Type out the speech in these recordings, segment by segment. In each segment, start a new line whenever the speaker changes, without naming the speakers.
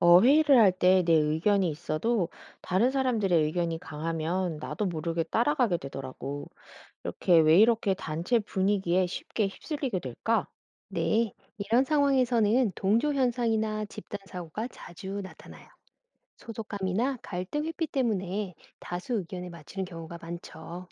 회의를 할 때 내 의견이 있어도 다른 사람들의 의견이 강하면 나도 모르게 따라가게 되더라고. 이렇게 왜 이렇게 단체 분위기에 쉽게 휩쓸리게 될까?
네, 이런 상황에서는 동조 현상이나 집단 사고가 자주 나타나요. 소속감이나 갈등 회피 때문에 다수 의견에 맞추는 경우가 많죠.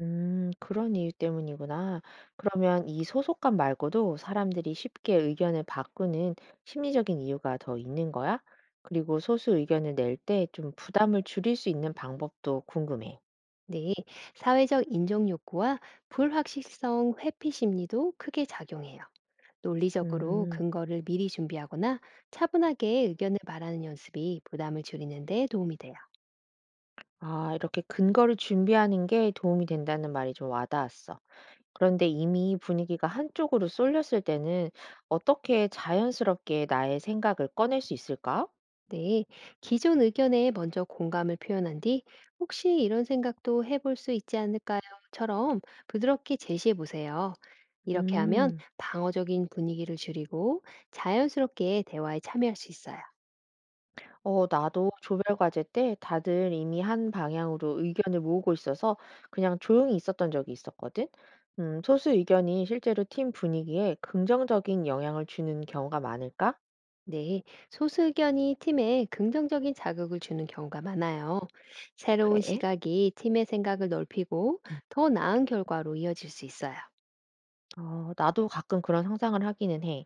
그런 이유 때문이구나. 그러면 이 소속감 말고도 사람들이 쉽게 의견을 바꾸는 심리적인 이유가 더 있는 거야? 그리고 소수 의견을 낼 때 좀 부담을 줄일 수 있는 방법도 궁금해.
네, 사회적 인정 욕구와 불확실성 회피 심리도 크게 작용해요. 논리적으로
음.
근거를 미리 준비하거나 차분하게 의견을 말하는 연습이 부담을 줄이는 데 도움이 돼요.
아, 이렇게 근거를 준비하는 게 도움이 된다는 말이 좀 와닿았어. 그런데 이미 분위기가 한쪽으로 쏠렸을 때는 어떻게 자연스럽게 나의 생각을 꺼낼 수 있을까?
네, 기존 의견에 먼저 공감을 표현한 뒤 "혹시 이런 생각도 해볼 수 있지 않을까요?"처럼 부드럽게 제시해 보세요. 이렇게 하면
음.
방어적인 분위기를 줄이고 자연스럽게 대화에 참여할 수 있어요.
나도 조별 과제 때 다들 이미 한 방향으로 의견을 모으고 있어서 그냥 조용히 있었던 적이 있었거든. 소수 의견이 실제로 팀 분위기에 긍정적인 영향을 주는 경우가 많을까?
네, 소수 의견이 팀에 긍정적인 자극을 주는 경우가 많아요. 새로운
그래.
시각이 팀의 생각을 넓히고
음.
더 나은 결과로 이어질 수 있어요.
나도 가끔 그런 상상을 하기는 해.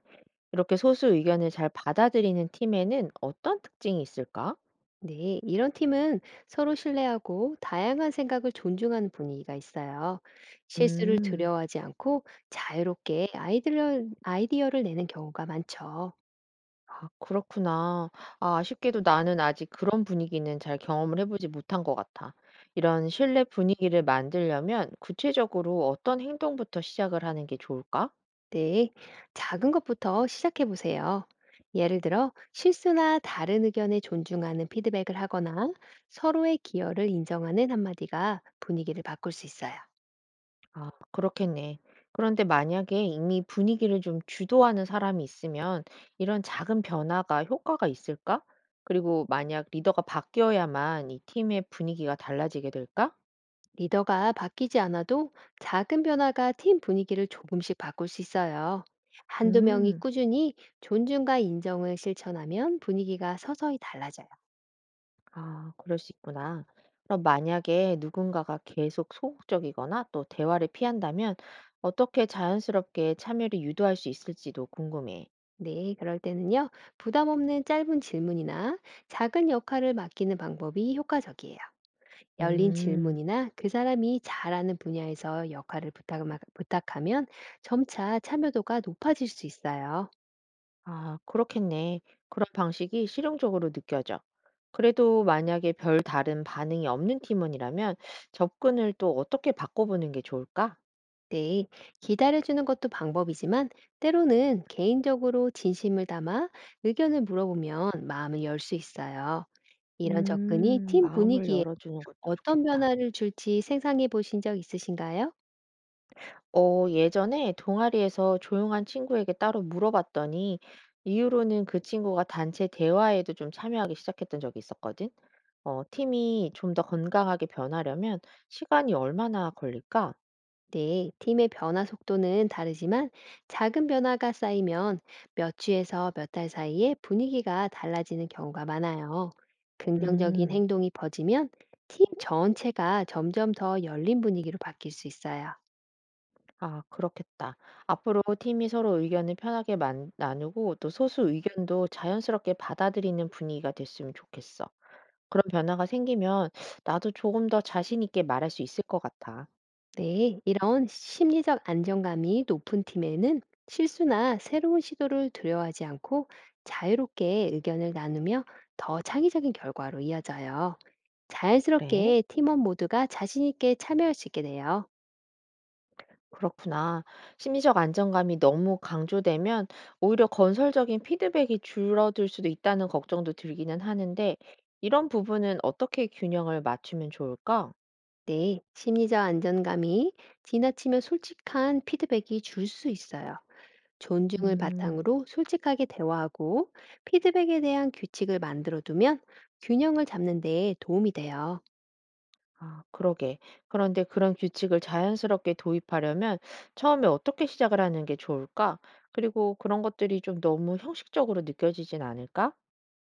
이렇게 소수 의견을 잘 받아들이는 팀에는 어떤 특징이 있을까?
네, 이런 팀은 서로 신뢰하고 다양한 생각을 존중하는 분위기가 있어요. 실수를
음.
두려워하지 않고 자유롭게 아이디어를 내는 경우가 많죠.
아, 그렇구나. 아, 아쉽게도 나는 아직 그런 분위기는 잘 경험을 해 보지 못한 것 같아. 이런 실내 분위기를 만들려면 구체적으로 어떤 행동부터 시작을 하는 게 좋을까?
네, 작은 것부터 시작해 보세요. 예를 들어, 실수나 다른 의견에 존중하는 피드백을 하거나 서로의 기여를 인정하는 한마디가 분위기를 바꿀 수 있어요.
아, 그렇겠네. 그런데 만약에 이미 분위기를 좀 주도하는 사람이 있으면 이런 작은 변화가 효과가 있을까? 그리고 만약 리더가 바뀌어야만 이 팀의 분위기가 달라지게 될까?
리더가 바뀌지 않아도 작은 변화가 팀 분위기를 조금씩 바꿀 수 있어요. 한두 명이
음.
꾸준히 존중과 인정을 실천하면 분위기가 서서히 달라져요.
아, 그럴 수 있구나. 그럼 만약에 누군가가 계속 소극적이거나 또 대화를 피한다면 어떻게 자연스럽게 참여를 유도할 수 있을지도 궁금해.
네, 그럴 때는요, 부담 없는 짧은 질문이나 작은 역할을 맡기는 방법이 효과적이에요. 열린
음.
질문이나 그 사람이 잘하는 분야에서 역할을 부탁하면 점차 참여도가 높아질 수 있어요.
아, 그렇겠네. 그런 방식이 실용적으로 느껴져. 그래도 만약에 별 다른 반응이 없는 팀원이라면 접근을 또 어떻게 바꿔보는 게 좋을까?
네, 기다려주는 것도 방법이지만 때로는 개인적으로 진심을 담아 의견을 물어보면 마음을 열 수 있어요. 이런 접근이 팀
마음을
분위기에
열어주는 것도
어떤
좋겠다.
변화를 줄지 생각해 보신 적 있으신가요?
예전에 동아리에서 조용한 친구에게 따로 물어봤더니 이후로는 그 친구가 단체 대화에도 좀 참여하기 시작했던 적이 있었거든. 팀이 좀 더 건강하게 변하려면 시간이 얼마나 걸릴까?
네, 팀의 변화 속도는 다르지만 작은 변화가 쌓이면 몇 주에서 몇 달 사이에 분위기가 달라지는 경우가 많아요. 긍정적인
음.
행동이 퍼지면 팀 전체가 점점 더 열린 분위기로 바뀔 수 있어요.
아, 그렇겠다. 앞으로 팀이 서로 의견을 편하게 나누고 또 소수 의견도 자연스럽게 받아들이는 분위기가 됐으면 좋겠어. 그런 변화가 생기면 나도 조금 더 자신 있게 말할 수 있을 것 같아.
네, 이런 심리적 안정감이 높은 팀에는 실수나 새로운 시도를 두려워하지 않고 자유롭게 의견을 나누며 더 창의적인 결과로 이어져요.
그래.
자연스럽게 팀원 모두가 자신 있게 참여할 수 있게 돼요.
그렇구나. 심리적 안정감이 너무 강조되면 오히려 건설적인 피드백이 줄어들 수도 있다는 걱정도 들기는 하는데, 이런 부분은 어떻게 균형을 맞추면 좋을까?
네, 심리적 안정감이 지나치면 솔직한 피드백이 줄 수 있어요. 존중을
음.
바탕으로 솔직하게 대화하고 피드백에 대한 규칙을 만들어 두면 균형을 잡는 데 도움이 돼요.
아, 그러게. 그런데 그런 규칙을 자연스럽게 도입하려면 처음에 어떻게 시작을 하는 게 좋을까? 그리고 그런 것들이 좀 너무 형식적으로 느껴지진 않을까?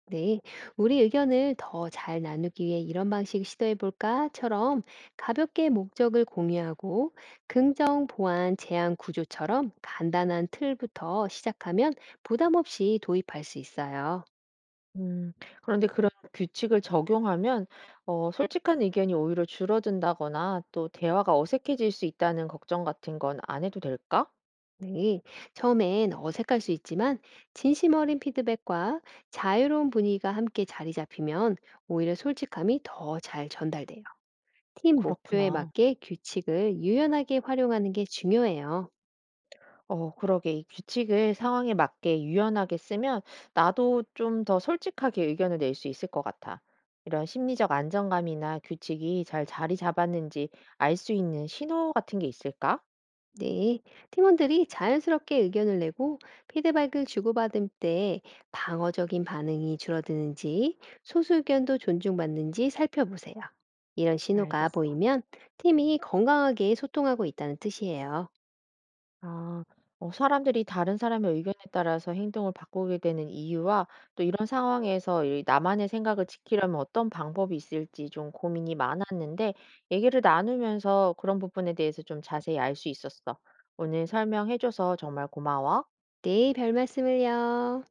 네, "우리 의견을 더 잘 나누기 위해 이런 방식 시도해 볼까?"처럼 가볍게 목적을 공유하고 긍정, 보완, 제한 구조처럼 간단한 틀부터 시작하면 부담 없이 도입할 수 있어요.
음. 그런데 그런 규칙을 적용하면 솔직한 의견이 오히려 줄어든다거나 또 대화가 어색해질 수 있다는 걱정 같은 건 안 해도 될까?
네, 처음엔 어색할 수 있지만 진심 어린 피드백과 자유로운 분위기가 함께 자리 잡히면 오히려 솔직함이 더 잘 전달돼요. 팀 목표에
그렇구나.
맞게 규칙을 유연하게 활용하는 게 중요해요.
그러게, 이 규칙을 상황에 맞게 유연하게 쓰면 나도 좀 더 솔직하게 의견을 낼 수 있을 것 같아. 이런 심리적 안정감이나 규칙이 잘 자리 잡았는지 알 수 있는 신호 같은 게 있을까?
네, 팀원들이 자연스럽게 의견을 내고 피드백을 주고받을 때 방어적인 반응이 줄어드는지 소수 의견도 존중받는지 살펴보세요. 이런 신호가
알겠어.
보이면 팀이 건강하게 소통하고 있다는 뜻이에요.
아, 사람들이 다른 사람의 의견에 따라서 행동을 바꾸게 되는 이유와 또 이런 상황에서 이 나만의 생각을 지키려면 어떤 방법이 있을지 좀 고민이 많았는데 얘기를 나누면서 그런 부분에 대해서 좀 자세히 알 수 있었어. 오늘 설명해줘서 정말 고마워.
네, 별 말씀을요.